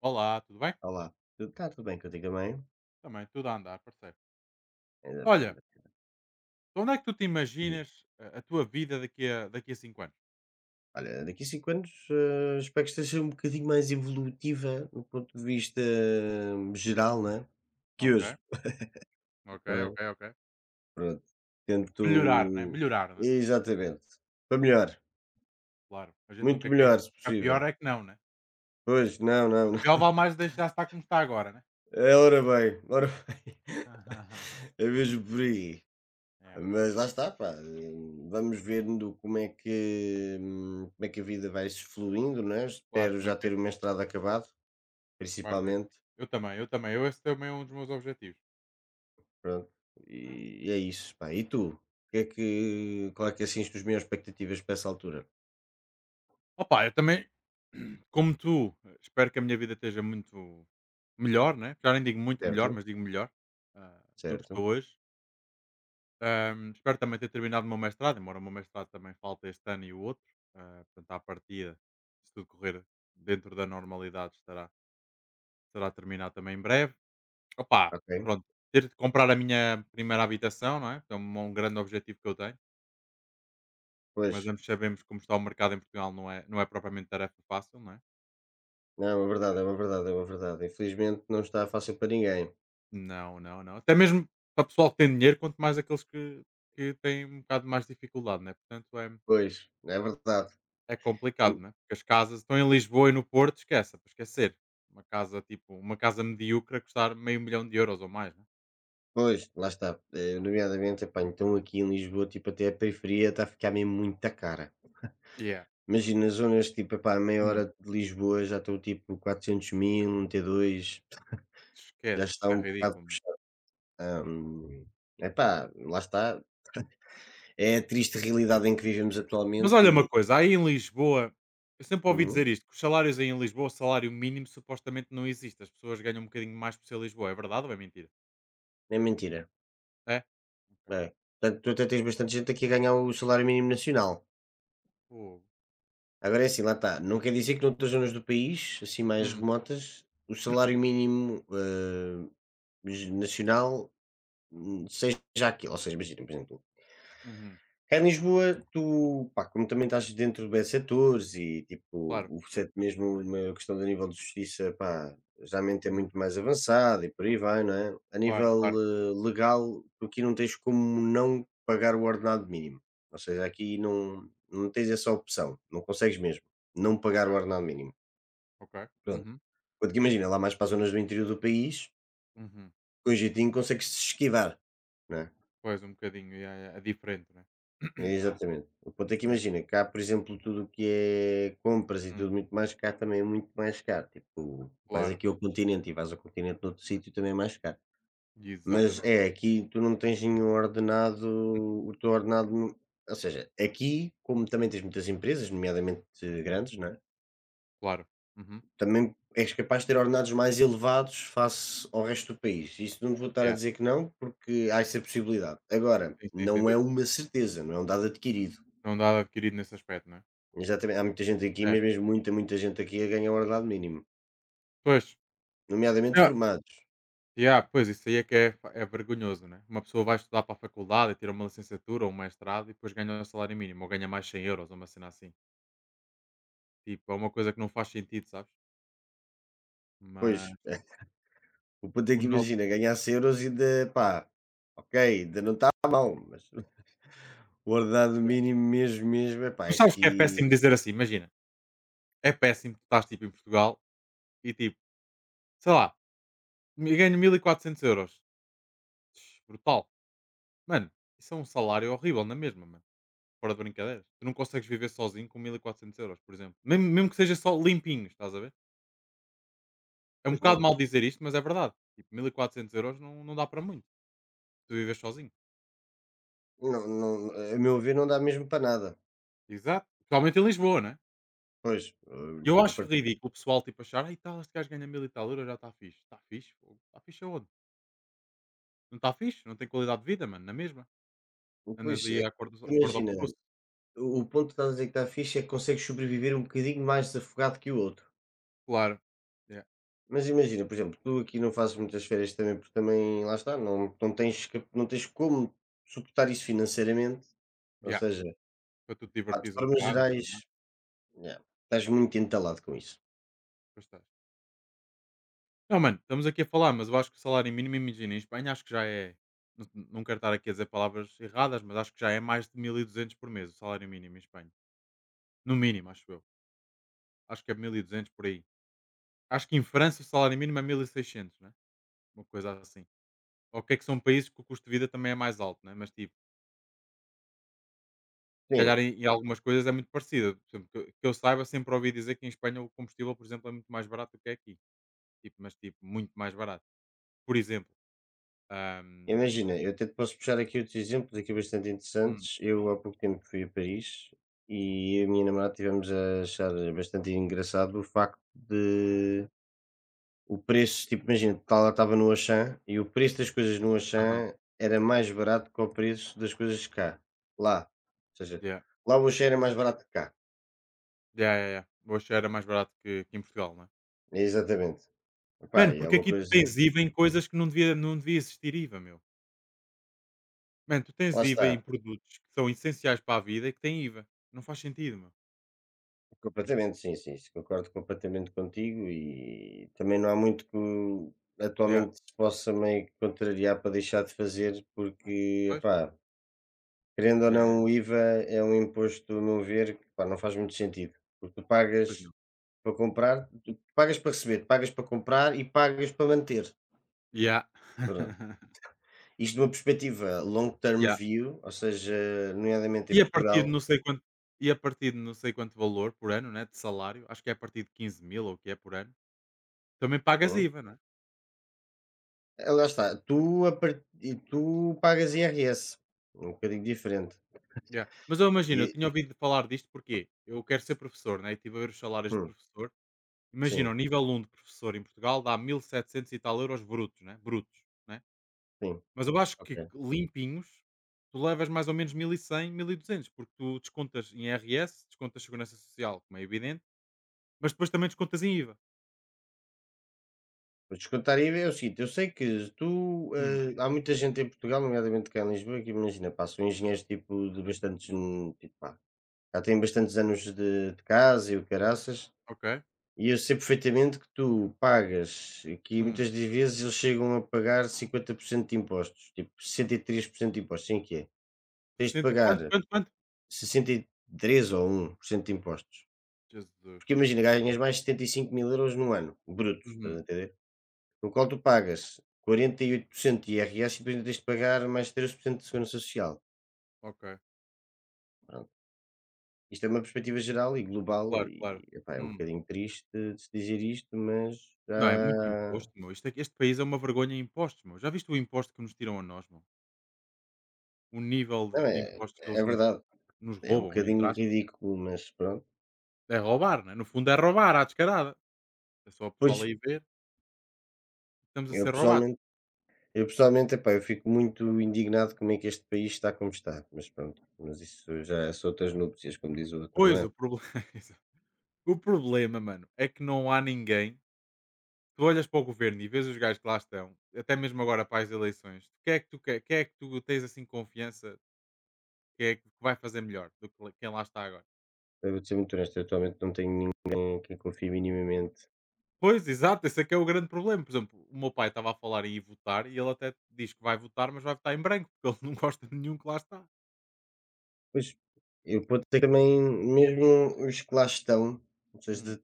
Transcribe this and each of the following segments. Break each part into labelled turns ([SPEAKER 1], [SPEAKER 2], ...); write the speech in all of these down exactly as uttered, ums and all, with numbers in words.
[SPEAKER 1] Olá, tudo bem?
[SPEAKER 2] Olá, tu está tudo bem contigo também?
[SPEAKER 1] Também, tudo a andar, parceiro.
[SPEAKER 2] Ainda bem,
[SPEAKER 1] Olha,
[SPEAKER 2] ainda bem.
[SPEAKER 1] onde é que tu te
[SPEAKER 2] Diz-me,
[SPEAKER 1] imaginas a, a tua vida daqui a, daqui a cinco anos?
[SPEAKER 2] olha, daqui a cinco anos, eh, espero que esteja um bocadinho mais evolutiva no ponto de vista hum, geral, né? Que
[SPEAKER 1] Ok,
[SPEAKER 2] hoje,
[SPEAKER 1] ok,
[SPEAKER 2] não é?
[SPEAKER 1] ok, ok.
[SPEAKER 2] Pronto.
[SPEAKER 1] Melhorar, né?
[SPEAKER 2] Tento.
[SPEAKER 1] Melhorar, né?
[SPEAKER 2] Exatamente. Para melhor.
[SPEAKER 1] Claro. A gente
[SPEAKER 2] Muito
[SPEAKER 1] nunca quer
[SPEAKER 2] melhor, se
[SPEAKER 1] ficar pior,
[SPEAKER 2] possível.
[SPEAKER 1] é que não, né?
[SPEAKER 2] Pois, não,
[SPEAKER 1] O
[SPEAKER 2] não, não.
[SPEAKER 1] pior vale mais deixar estar como está agora, né?
[SPEAKER 2] É, ora bem, ora bem. É mesmo por aí.
[SPEAKER 1] É,
[SPEAKER 2] Mas lá está, pá. hum, Vamos vendo como é que, hum, como é que a vida vai se fluindo, né?
[SPEAKER 1] claro,
[SPEAKER 2] Espero
[SPEAKER 1] como é
[SPEAKER 2] já
[SPEAKER 1] que é?
[SPEAKER 2] ter o mestrado acabado,
[SPEAKER 1] Vais ver.
[SPEAKER 2] principalmente.
[SPEAKER 1] Eu também, eu também. Eu, esse também é um dos meus objetivos.
[SPEAKER 2] Pronto. E, e é isso, pá. E tu? O Que é que, qual é que é, assim as tuas maiores expectativas para essa altura?
[SPEAKER 1] Opa, eu também, como tu, eh, espero que a minha vida esteja muito melhor, né? Já nem digo muito melhor,
[SPEAKER 2] Certo?
[SPEAKER 1] mas digo melhor ah, do que
[SPEAKER 2] Certo.
[SPEAKER 1] estou hoje. Ahm, espero também ter terminado o meu mestrado, embora o meu mestrado também falta este ano e o outro. Ah, portanto, à partida, se tudo correr dentro da normalidade, estará, estará terminado também em breve. Opa,
[SPEAKER 2] Ok.
[SPEAKER 1] pronto, ter de comprar a minha primeira habitação, não é? É um, um grande objetivo que eu tenho.
[SPEAKER 2] Pois.
[SPEAKER 1] Mas ambos sabemos como está o mercado em Portugal, não é, não é propriamente tarefa fácil, não é?
[SPEAKER 2] Não, é uma verdade, é uma verdade, é uma verdade. Infelizmente não está fácil para ninguém.
[SPEAKER 1] Não, não, não. Até mesmo para o pessoal que tem dinheiro, quanto mais aqueles que, que têm um bocado mais dificuldade, não é? Portanto, é,
[SPEAKER 2] Pois, é verdade.
[SPEAKER 1] É
[SPEAKER 2] É
[SPEAKER 1] complicado,
[SPEAKER 2] mu-
[SPEAKER 1] né? Porque as casas estão em Lisboa e no Porto, esquece, é para esquecer. Uma casa, tipo, uma casa medíocre a custar meio milhão de euros ou mais, né?
[SPEAKER 2] Pois, lá está. Eh, Nomeadamente, epá, então aqui em Lisboa, tipo, até a periferia está a ficar mesmo muito cara.
[SPEAKER 1] Yeah.
[SPEAKER 2] Imagina zonas tipo, epá, a meia
[SPEAKER 1] Hum,
[SPEAKER 2] hora de Lisboa já estão tipo quatrocentos mil, um t dois já
[SPEAKER 1] Esquece,
[SPEAKER 2] está
[SPEAKER 1] é
[SPEAKER 2] um bocado
[SPEAKER 1] ridículo.
[SPEAKER 2] puxado. Hum, epá, lá está. É a triste realidade em que vivemos
[SPEAKER 1] Mas
[SPEAKER 2] atualmente
[SPEAKER 1] olha uma
[SPEAKER 2] e
[SPEAKER 1] coisa, aí em Lisboa, eu sempre ouvi
[SPEAKER 2] hum,
[SPEAKER 1] dizer isto, que os salários aí em Lisboa, o salário mínimo supostamente não existe. As pessoas ganham um bocadinho mais por ser Lisboa, é verdade ou é mentira?
[SPEAKER 2] é mentira.
[SPEAKER 1] É? Ok.
[SPEAKER 2] É. Portanto, tu até tens bastante gente aqui a ganhar o salário mínimo nacional.
[SPEAKER 1] Fogo.
[SPEAKER 2] Agora é assim, lá está. Não quer dizer que noutras zonas do país, assim mais
[SPEAKER 1] Hum,
[SPEAKER 2] remotas, o salário mínimo eh, nacional hum, seja aquilo. Ou seja, imagina, por exemplo,
[SPEAKER 1] uhum,
[SPEAKER 2] cá em Lisboa, tu, pá, como também estás dentro de bem setores e tipo,
[SPEAKER 1] claro.
[SPEAKER 2] o setor mesmo uma questão de nível de justiça, pá, geralmente é
[SPEAKER 1] Hum,
[SPEAKER 2] muito mais avançado e por aí vai, não é? A
[SPEAKER 1] Claro,
[SPEAKER 2] nível
[SPEAKER 1] claro,
[SPEAKER 2] eh, legal, tu aqui não tens como não pagar o ordenado mínimo. Ou seja, aqui não, não tens essa opção, não consegues mesmo não pagar o
[SPEAKER 1] ok,
[SPEAKER 2] ordenado mínimo.
[SPEAKER 1] ok.
[SPEAKER 2] Pronto.
[SPEAKER 1] Uhum,
[SPEAKER 2] Porque imagina, lá mais para as zonas do interior do país,
[SPEAKER 1] uhum.
[SPEAKER 2] com jeitinho consegues se esquivar, não é?
[SPEAKER 1] Pois, um bocadinho, yeah, yeah, é diferente, né?
[SPEAKER 2] Exatamente. O ponto é que
[SPEAKER 1] Yeah.
[SPEAKER 2] imagina, cá, por exemplo, tudo o que é compras e tudo
[SPEAKER 1] Hum.
[SPEAKER 2] muito mais caro também é muito mais caro. Tipo, vais
[SPEAKER 1] Claro,
[SPEAKER 2] aqui ao continente e vais ao continente noutro sítio também é mais caro. Mas
[SPEAKER 1] exatamente,
[SPEAKER 2] é, aqui tu não tens nenhum ordenado, o teu ordenado. Não- Ou seja, aqui, como também tens muitas empresas, nomeadamente eh, grandes, não é?
[SPEAKER 1] claro. Uhum.
[SPEAKER 2] Também és capaz de ter ordenados mais elevados face ao resto do país. Isso não te vou estar a
[SPEAKER 1] Yeah.
[SPEAKER 2] dizer que não, porque há essa possibilidade. Agora,
[SPEAKER 1] Sim, sim, sem
[SPEAKER 2] não é
[SPEAKER 1] dúvida.
[SPEAKER 2] uma certeza, não é um dado adquirido.
[SPEAKER 1] Não dá adquirido nesse aspecto, não é?
[SPEAKER 2] Exatamente, há muita gente aqui,
[SPEAKER 1] É.
[SPEAKER 2] mas mesmo muita, muita gente aqui a ganhar o ordenado mínimo,
[SPEAKER 1] Pois.
[SPEAKER 2] nomeadamente
[SPEAKER 1] Yeah.
[SPEAKER 2] formados.
[SPEAKER 1] Yeah, pois, isso aí é que é, fa- é vergonhoso, né? Uma pessoa vai estudar para a faculdade e tira uma licenciatura ou um mestrado e depois ganha um salário mínimo ou ganha mais cem euros, ou uma cena assim. Tipo, é uma coisa que não faz sentido, sabes? Mas
[SPEAKER 2] Pois, eh, o ponto é
[SPEAKER 1] o
[SPEAKER 2] que
[SPEAKER 1] nosso.
[SPEAKER 2] imagina, ganhasse euros e ainda, pá, ok, ainda não está mal, mas o ordenado
[SPEAKER 1] Yeah.
[SPEAKER 2] mínimo mesmo, mesmo, epá,
[SPEAKER 1] Mas
[SPEAKER 2] é
[SPEAKER 1] sabes que é
[SPEAKER 2] que,
[SPEAKER 1] péssimo dizer assim? Imagina, é péssimo que estás tipo em Portugal e tipo, sei lá, me- ganho mil e quatrocentos euros. Tch, brutal. Mano, isso é um salário horrível, na mesma, mano. Fora de brincadeiras. Tu não consegues viver sozinho com mil e quatrocentos euros, por exemplo. Mesmo mesmo que seja só limpinho, estás a ver? É um
[SPEAKER 2] pois
[SPEAKER 1] bocado
[SPEAKER 2] não,
[SPEAKER 1] mal dizer isto, mas é verdade. Tipo, mil e quatrocentos euros não, não dá para muito, tu vives sozinho.
[SPEAKER 2] não, não, a meu ver não dá mesmo para nada.
[SPEAKER 1] Exato. Principalmente em Lisboa, né?
[SPEAKER 2] Pois, eh,
[SPEAKER 1] E eu acho
[SPEAKER 2] compartilho.
[SPEAKER 1] ridículo o pessoal, tipo, achar, ai tal, este gajo ganha mil e tal euros, já está fixe. Está fixe? Fogo. Está fixe aonde? Não está fixe? Não tem qualidade de vida, mano, na mesma.
[SPEAKER 2] Pois,
[SPEAKER 1] Andas
[SPEAKER 2] é,
[SPEAKER 1] aí à corda, à corda ao
[SPEAKER 2] imagina,
[SPEAKER 1] pescoço.
[SPEAKER 2] o o ponto que estás a dizer que está fixe é que consegues sobreviver um bocadinho mais desafogado que o outro.
[SPEAKER 1] Claro. Yeah.
[SPEAKER 2] Mas imagina, por exemplo, tu aqui não fazes muitas férias também, porque também, lá está, não, não, tens, cap- não tens como suportar isso financeiramente. Ou
[SPEAKER 1] Yeah.
[SPEAKER 2] seja,
[SPEAKER 1] Para tu te
[SPEAKER 2] pá, de
[SPEAKER 1] divertires um
[SPEAKER 2] formas
[SPEAKER 1] bocado e tudo mais.
[SPEAKER 2] gerais, yeah, estás muito entalado com isso.
[SPEAKER 1] Pois tá. Não, mano, estamos aqui a falar, mas eu acho que o salário mínimo, imagina, em Espanha acho que já é. Não, não quero estar aqui a dizer palavras erradas, mas acho que já é mais de mil e duzentos por mês o salário mínimo em Espanha. No mínimo, acho eu. Acho que é mil e duzentos por aí. Acho que em França o salário mínimo é mil e seiscentos, né? Uma coisa assim. Ok, que são países que o custo de vida também é mais alto, né? Mas tipo, se calhar
[SPEAKER 2] Sim,
[SPEAKER 1] em, em algumas coisas é muito parecido. Por exemplo, que, eu- que eu saiba, sempre ouvi dizer que em Espanha o combustível, por exemplo, é muito mais barato do que aqui. Tipo, mas tipo, muito mais barato. Por exemplo. ahm,
[SPEAKER 2] imagina, eu até te posso puxar aqui outros exemplos aqui bastante
[SPEAKER 1] hum,
[SPEAKER 2] interessantes. Eu há pouco tempo fui a Paris e eu e a
[SPEAKER 1] uhum,
[SPEAKER 2] minha namorada tivemos a achar bastante engraçado o facto. O preço, tipo, imagina, estava estava no Auchan e o preço das coisas no
[SPEAKER 1] aham,
[SPEAKER 2] Auchan era mais barato que o preço das coisas cá, lá. Ou seja,
[SPEAKER 1] yeah.
[SPEAKER 2] lá o Auchan era mais barato que cá.
[SPEAKER 1] Ya, ya, ya. O era mais barato que, que em Portugal, não é?
[SPEAKER 2] É Exatamente. Epá,
[SPEAKER 1] Mano,
[SPEAKER 2] e é
[SPEAKER 1] porque
[SPEAKER 2] uma
[SPEAKER 1] aqui tu
[SPEAKER 2] coisa.
[SPEAKER 1] tens IVA em coisas que não devia, não devia existir IVA, meu. Mano, tu tens
[SPEAKER 2] Lá
[SPEAKER 1] IVA em
[SPEAKER 2] está,
[SPEAKER 1] produtos que são essenciais para a vida e que têm IVA. Não faz sentido, meu.
[SPEAKER 2] completamente, sim, sim, isso concordo completamente contigo e também não há muito que
[SPEAKER 1] Ya.
[SPEAKER 2] atualmente se possa meio que contrariar para deixar de fazer, porque,
[SPEAKER 1] Pois?
[SPEAKER 2] epá, querendo ou
[SPEAKER 1] Ya, ya,
[SPEAKER 2] não,
[SPEAKER 1] ya.
[SPEAKER 2] o I V A é um imposto, a meu ver, que pá, não faz muito sentido, porque tu
[SPEAKER 1] Pois
[SPEAKER 2] pagas.
[SPEAKER 1] não.
[SPEAKER 2] Para comprar, tu pagas para receber, tu pagas para comprar e pagas para manter.
[SPEAKER 1] Ya.
[SPEAKER 2] Pronto. Isto de uma perspectiva long term
[SPEAKER 1] Ya.
[SPEAKER 2] view, ou seja, nomeadamente em
[SPEAKER 1] E a partir de
[SPEAKER 2] Portugal,
[SPEAKER 1] não sei quanto e a partir de não sei quanto valor por ano, né, de salário, acho que é a partir de quinze mil ou o que é por ano, também pagas
[SPEAKER 2] sim.
[SPEAKER 1] IVA, não é?
[SPEAKER 2] Eh, lá está, tu a par e tu pagas I R S, um bocadinho diferente.
[SPEAKER 1] Ya. Mas eu imagino, eu
[SPEAKER 2] E
[SPEAKER 1] tinha ouvido falar disto porque eu quero ser professor, né, e estive a ver os salários de
[SPEAKER 2] hum,
[SPEAKER 1] professor. Imagina, o
[SPEAKER 2] sim,
[SPEAKER 1] nível um de professor em Portugal dá mil e setecentos e setecentos e tal euros brutos, né? Brutos, né?
[SPEAKER 2] sim,
[SPEAKER 1] Mas eu acho que
[SPEAKER 2] ok.
[SPEAKER 1] limpinhos, tu levas mais ou menos mil e cem, mil e duzentos, porque tu descontas em I R S, descontas Segurança Social, como é evidente, mas depois também descontas em IVA.
[SPEAKER 2] Para descontar I V A é o seguinte, eu sei que tu,
[SPEAKER 1] Hum,
[SPEAKER 2] eh, há muita gente em Portugal, nomeadamente cá em Lisboa, que imagina, pá, são engenheiros tipo de bastantes, hum, tipo, pá, já têm
[SPEAKER 1] hum,
[SPEAKER 2] bastantes anos de, de casa e o caraças.
[SPEAKER 1] ok.
[SPEAKER 2] E eu sei perfeitamente que tu pagas e que
[SPEAKER 1] Hum,
[SPEAKER 2] muitas das vezes eles chegam a pagar cinquenta por cento de impostos, tipo sessenta e três por cento de impostos, assim é que é. Tens de
[SPEAKER 1] sessenta, quanto,
[SPEAKER 2] pagar
[SPEAKER 1] quanto, quanto?
[SPEAKER 2] sessenta e três ou um por cento de impostos.
[SPEAKER 1] Jesus.
[SPEAKER 2] Porque imagina, ganhas mais de setenta e cinco mil euros no ano, brutos, estás a
[SPEAKER 1] Uhum,
[SPEAKER 2] entender? No qual tu pagas quarenta e oito por cento de I R S e depois ainda tens de pagar mais treze por cento de segurança social.
[SPEAKER 1] ok.
[SPEAKER 2] Pronto. Isto é uma perspectiva geral e global
[SPEAKER 1] Claro, claro.
[SPEAKER 2] e epá, é um
[SPEAKER 1] Hum.
[SPEAKER 2] bocadinho triste de se dizer isto, mas
[SPEAKER 1] Não, é muito
[SPEAKER 2] já.
[SPEAKER 1] imposto, meu. Isto é que- este país é uma vergonha em impostos, meu. Já viste o imposto que nos tiram a nós, meu? O nível de
[SPEAKER 2] Não,
[SPEAKER 1] de
[SPEAKER 2] é,
[SPEAKER 1] impostos que
[SPEAKER 2] é
[SPEAKER 1] eles nos,
[SPEAKER 2] verdade.
[SPEAKER 1] nos
[SPEAKER 2] É um
[SPEAKER 1] roubam, entre.
[SPEAKER 2] bocadinho ridículo, mas pronto.
[SPEAKER 1] É roubar, né? No fundo é roubar à descarada. É só o
[SPEAKER 2] Pois,
[SPEAKER 1] pessoal aí ver, estamos a
[SPEAKER 2] eu
[SPEAKER 1] ser roubados.
[SPEAKER 2] pessoalmente, eu pessoalmente, epá, eu fico muito indignado como é que este país está como está, mas pronto, mas isso já são outras núpcias, como diz o outro, não
[SPEAKER 1] Pois,
[SPEAKER 2] é?
[SPEAKER 1] o problema. Exato. O problema, mano, é que não há ninguém. Tu olhas para o governo e vês os gajos que lá estão, até mesmo agora para as eleições, quem é que tu, quer- quem é que tu tens assim confiança que é que vai fazer melhor do que quem lá está agora?
[SPEAKER 2] Eu vou ser muito honesto, eu atualmente não tenho ninguém que eu confie minimamente.
[SPEAKER 1] Pois, exato, esse é que é o grande problema. Por exemplo, o meu pai estava a falar em ir votar e ele até diz que vai votar, mas vai votar em branco, porque ele não gosta de nenhum que lá está.
[SPEAKER 2] Pois, eu vou ter também, mesmo os que lá estão, ou seja,
[SPEAKER 1] Hum,
[SPEAKER 2] de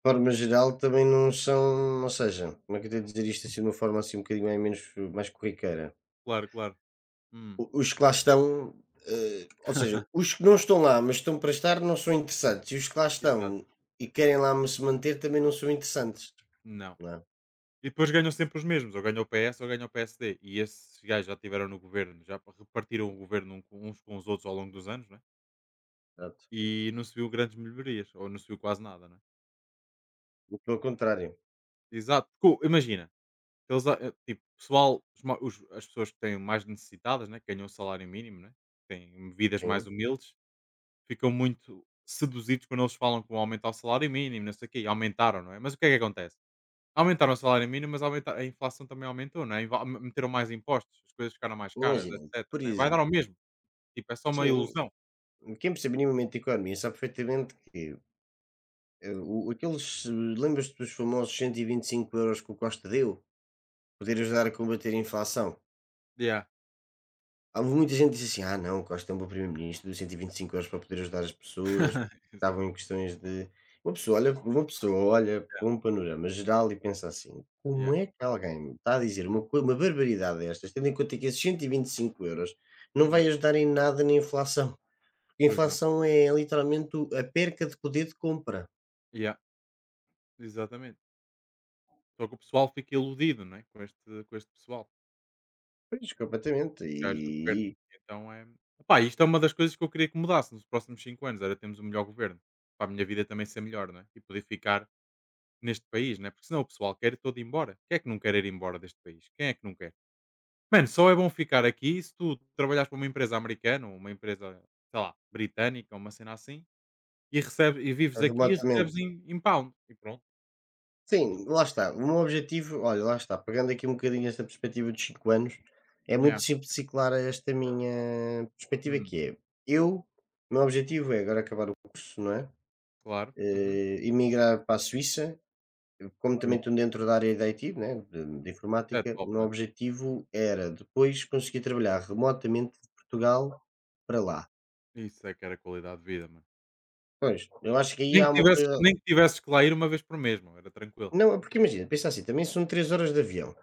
[SPEAKER 2] forma geral, também não são, ou seja, como é que eu tenho de dizer isto assim de uma forma assim um bocadinho mais, menos, mais corriqueira?
[SPEAKER 1] Claro, claro. Hum,
[SPEAKER 2] O Os que lá estão, eh, ou seja, os que não estão lá, mas estão para estar, não são interessantes, e os que lá
[SPEAKER 1] exato.
[SPEAKER 2] estão e querem lá ma se manter também não são interessantes,
[SPEAKER 1] Não.
[SPEAKER 2] não é?
[SPEAKER 1] E depois ganham sempre os mesmos, ou ganha o P S ou ganha o P S D. E esses gajos já tiveram no governo, já repartiram o governo um com- uns com os outros ao longo dos anos, né?
[SPEAKER 2] Exato.
[SPEAKER 1] E não se viu grandes melhorias, ou não se viu quase nada, né?
[SPEAKER 2] Muito pelo contrário,
[SPEAKER 1] Exato. Porque, imagina, eles, ah, eh, tipo, pessoal, os ma- os- as pessoas que têm mais necessitadas, né? Que ganham o salário mínimo, né? Têm vidas mais
[SPEAKER 2] sim.
[SPEAKER 1] humildes, ficam muito seduzidos quando eles falam que vão aumentar o salário mínimo, não sei o quê, e aumentaram, não é? Mas o que é que acontece? Aumentaram o salário mínimo, mas aumenta a inflação também aumentou, não é? E meteram mais impostos, as coisas ficaram mais caras,
[SPEAKER 2] Imagina,
[SPEAKER 1] etcétera,
[SPEAKER 2] por
[SPEAKER 1] né? Vai dar
[SPEAKER 2] exemplo,
[SPEAKER 1] ao mesmo, tipo, é só uma
[SPEAKER 2] sim,
[SPEAKER 1] ilusão.
[SPEAKER 2] quem percebe minimamente de economia sabe perfeitamente que, eh, o aqueles eh, lembras-te dos famosos cento e e vinte e cinco euros que o Costa deu? Poder ajudar a combater a inflação.
[SPEAKER 1] Yeah.
[SPEAKER 2] Há muita gente que diz assim: "Ah não, Costa é um bom primeiro-ministro, deu cento e vinte e cinco euros para poder ajudar as pessoas que
[SPEAKER 1] Exato.
[SPEAKER 2] estavam em questões de". Uma pessoa olha, uma pessoa olha
[SPEAKER 1] Yeah,
[SPEAKER 2] para um panorama geral e pensa assim:
[SPEAKER 1] yeah,
[SPEAKER 2] "Como é que alguém está a dizer uma coi uma barbaridade destas, tendo em conta que esses cento e vinte e cinco euros não
[SPEAKER 1] yeah.
[SPEAKER 2] vai ajudar em nada na inflação?" Porque a
[SPEAKER 1] Pois não.
[SPEAKER 2] inflação é literalmente o a perca de poder de compra.
[SPEAKER 1] Yeah, exatamente. Só que o pessoal fica iludido, não é, com este com este pessoal,
[SPEAKER 2] Pois, completamente
[SPEAKER 1] os gajos do governo.
[SPEAKER 2] e
[SPEAKER 1] Então é opá, isto é uma das coisas que eu queria que mudasse nos próximos cinco anos, era termos um melhor governo, para a minha vida também ser melhor, não é? E poder ficar neste país, não é? Porque senão o pessoal quer todo ir embora. Quem é que não quer ir embora deste país? Quem é que não quer? Mano, só é bom ficar aqui se tu trabalhares para uma empresa americana ou uma empresa, sei lá, britânica, uma cena assim, e, recebe, e vives
[SPEAKER 2] e
[SPEAKER 1] aqui e recebes
[SPEAKER 2] remotamente.
[SPEAKER 1] em, em pound. E pronto.
[SPEAKER 2] Sim, lá está. O meu objetivo, olha, lá está, pegando aqui um bocadinho esta perspectiva dos cinco anos, é
[SPEAKER 1] Yeah.
[SPEAKER 2] muito simples e clara esta minha perspectiva
[SPEAKER 1] Hum,
[SPEAKER 2] que é, eu, o meu objetivo é agora acabar o curso, não é?
[SPEAKER 1] Claro. Uhum.
[SPEAKER 2] Eh, emigrar para a Suíça, como também
[SPEAKER 1] Pois,
[SPEAKER 2] estou dentro da área da I T, né, de, de
[SPEAKER 1] é
[SPEAKER 2] informática, o
[SPEAKER 1] top,
[SPEAKER 2] meu
[SPEAKER 1] mano.
[SPEAKER 2] objetivo era depois conseguir trabalhar remotamente de Portugal para lá.
[SPEAKER 1] Isso é que era qualidade de vida, mano.
[SPEAKER 2] Pois, eu acho que aí
[SPEAKER 1] Nem
[SPEAKER 2] há
[SPEAKER 1] que
[SPEAKER 2] uma
[SPEAKER 1] tivesses,
[SPEAKER 2] coisa...
[SPEAKER 1] nem que, tivesses que lá ir uma vez por mês, mano. Era tranquilo.
[SPEAKER 2] Não, é porque imagina, pensa assim, também são três horas de avião.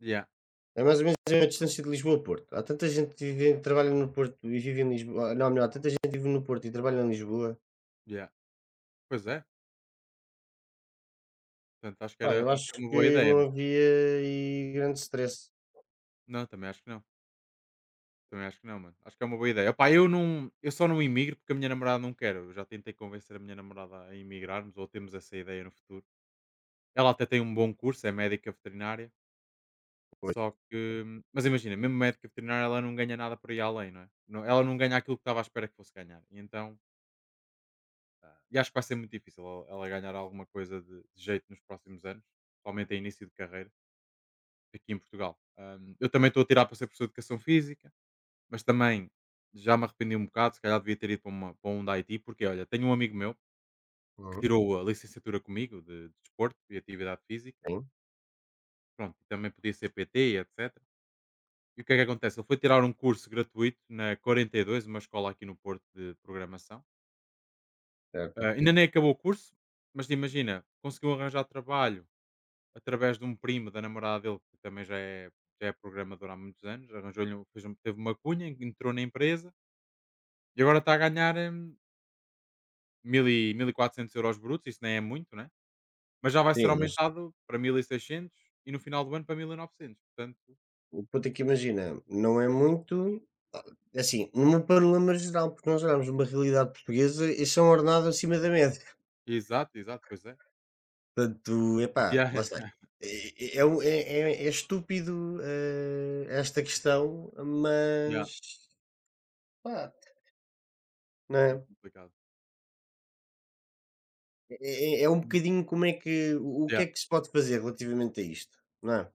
[SPEAKER 1] Yeah,
[SPEAKER 2] É mais ou menos a distância de Lisboa a Porto. Há tanta gente que vive, trabalha no Porto e vive em Lisboa. ah, Não, melhor, há tanta gente que vive no Porto e trabalha em Lisboa.
[SPEAKER 1] yeah. Pois é. Portanto, acho que,
[SPEAKER 2] Pá,
[SPEAKER 1] era,
[SPEAKER 2] eu
[SPEAKER 1] acho
[SPEAKER 2] acho
[SPEAKER 1] que é uma boa
[SPEAKER 2] que
[SPEAKER 1] ideia, mano.
[SPEAKER 2] não havia aí grande stress.
[SPEAKER 1] Não, também acho que não. Também acho que não, mano. Acho que é uma boa ideia. Opá, eu não, eu só não imigro porque a minha namorada não quer. Eu já tentei convencer a minha namorada a imigrarmos ou temos essa ideia no futuro. Ela até tem um bom curso, é médica veterinária,
[SPEAKER 2] Pois,
[SPEAKER 1] só que, hum, mas imagina, mesmo médica veterinária ela não ganha nada por aí além, não é? Não- Ela não ganha aquilo que estava à espera que fosse ganhar. E então, Ah, e acho que vai ser muito difícil ela, ela ganhar alguma coisa de, de jeito nos próximos anos, principalmente a início de carreira aqui em Portugal. Ahm, eu também estou a tirar para ser professor de educação física. Mas também já me arrependi um bocado, se calhar devia ter ido para, uma, para um da I T, porque olha, tenho um amigo meu que
[SPEAKER 2] uhum,
[SPEAKER 1] tirou a licenciatura comigo de, de desporto e atividade física,
[SPEAKER 2] sim,
[SPEAKER 1] pronto, e também podia ser P T e etcétera. E o que é que acontece? Ele foi tirar um curso gratuito na quarenta e dois, uma escola aqui no Porto de programação. Ah,
[SPEAKER 2] certo.
[SPEAKER 1] ainda nem acabou o curso, mas imagina, conseguiu arranjar trabalho através de um primo da namorada dele, que também já é, já é programador há muitos anos, arranjou-lhe, um- fez um- teve uma cunha, entrou na empresa e agora está a ganhar. hum, mil e mil e quatrocentos euros brutos, isso nem é muito, né, mas já vai ser
[SPEAKER 2] Sim, mas
[SPEAKER 1] aumentado para mil e seiscentos e no final do ano para mil e novecentos, portanto.
[SPEAKER 2] o ponto é que imagina, não é muito. Assim, num panorama geral, porque nós olhamos uma realidade portuguesa e são ordenados acima da média.
[SPEAKER 1] Exato, exato, pois é.
[SPEAKER 2] Portanto, epá, lá
[SPEAKER 1] Yeah,
[SPEAKER 2] está.
[SPEAKER 1] yeah,
[SPEAKER 2] É, é, é um- é, é- é estúpido eh, esta questão,
[SPEAKER 1] yeah,
[SPEAKER 2] mas pá, não
[SPEAKER 1] é
[SPEAKER 2] é?
[SPEAKER 1] complicado,
[SPEAKER 2] É é é um
[SPEAKER 1] mas
[SPEAKER 2] bocadinho como é que o o que
[SPEAKER 1] yeah,
[SPEAKER 2] é que se pode fazer relativamente a isto, não é?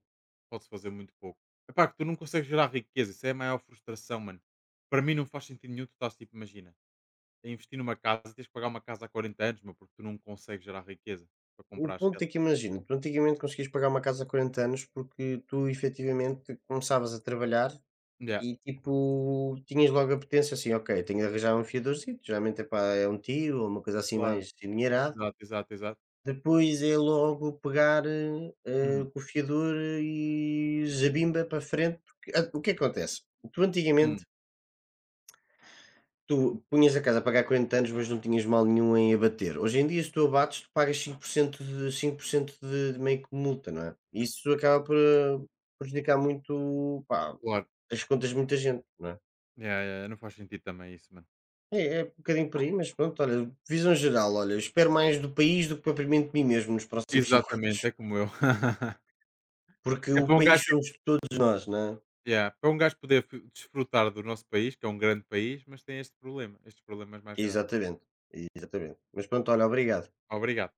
[SPEAKER 1] pode-se fazer muito pouco. Epá, que tu não consegues gerar riqueza, isso é a maior frustração, mano. Para mim não faz sentido nenhum, tu estás tipo, imagina, a investir numa casa e tens que pagar uma casa há quarenta anos, meu, porque tu não consegues gerar riqueza para
[SPEAKER 2] O
[SPEAKER 1] comprar
[SPEAKER 2] ponto
[SPEAKER 1] ela.
[SPEAKER 2] é que imagino tu antigamente conseguias pagar uma casa a quarenta anos porque tu efetivamente começavas a trabalhar
[SPEAKER 1] Yeah,
[SPEAKER 2] e tipo tinhas logo a potência assim, ok, tenho de arranjar um fiadorzito, geralmente epá, é um tio ou uma coisa assim
[SPEAKER 1] claro,
[SPEAKER 2] mais endinheirada.
[SPEAKER 1] exato, exato, exato.
[SPEAKER 2] Depois é logo pegar eh, eh,
[SPEAKER 1] Uhum,
[SPEAKER 2] com o fiador e eh, zabimba para frente. Porque, ah, o que é que acontece? Tu
[SPEAKER 1] uhum,
[SPEAKER 2] antigamente tu punhas a casa a pagar quarenta anos, mas não tinhas mal nenhum em abater. Hoje em dia, se tu abates, tu pagas cinco por cento de, cinco por cento de, de meio que multa, não é? Isso acaba por eh, prejudicar muito pá,
[SPEAKER 1] claro.
[SPEAKER 2] as contas de muita gente, não é?
[SPEAKER 1] Yeah, yeah, não faz sentido também isso, mano.
[SPEAKER 2] É, é um bocadinho por aí, mas pronto, olha, visão geral, olha, eu espero mais do país do que propriamente de mim mesmo nos próximos cinco
[SPEAKER 1] Exatamente,
[SPEAKER 2] anos.
[SPEAKER 1] é como eu.
[SPEAKER 2] Porque
[SPEAKER 1] É
[SPEAKER 2] o
[SPEAKER 1] para um
[SPEAKER 2] país
[SPEAKER 1] gajo ter
[SPEAKER 2] somos todos nós, não é?
[SPEAKER 1] yeah, para um gajo poder f desfrutar do nosso país, que é um grande país, mas tem este problema, estes problemas mais graves.
[SPEAKER 2] Exatamente, exatamente. Mas pronto, olha, obrigado.
[SPEAKER 1] Obrigado.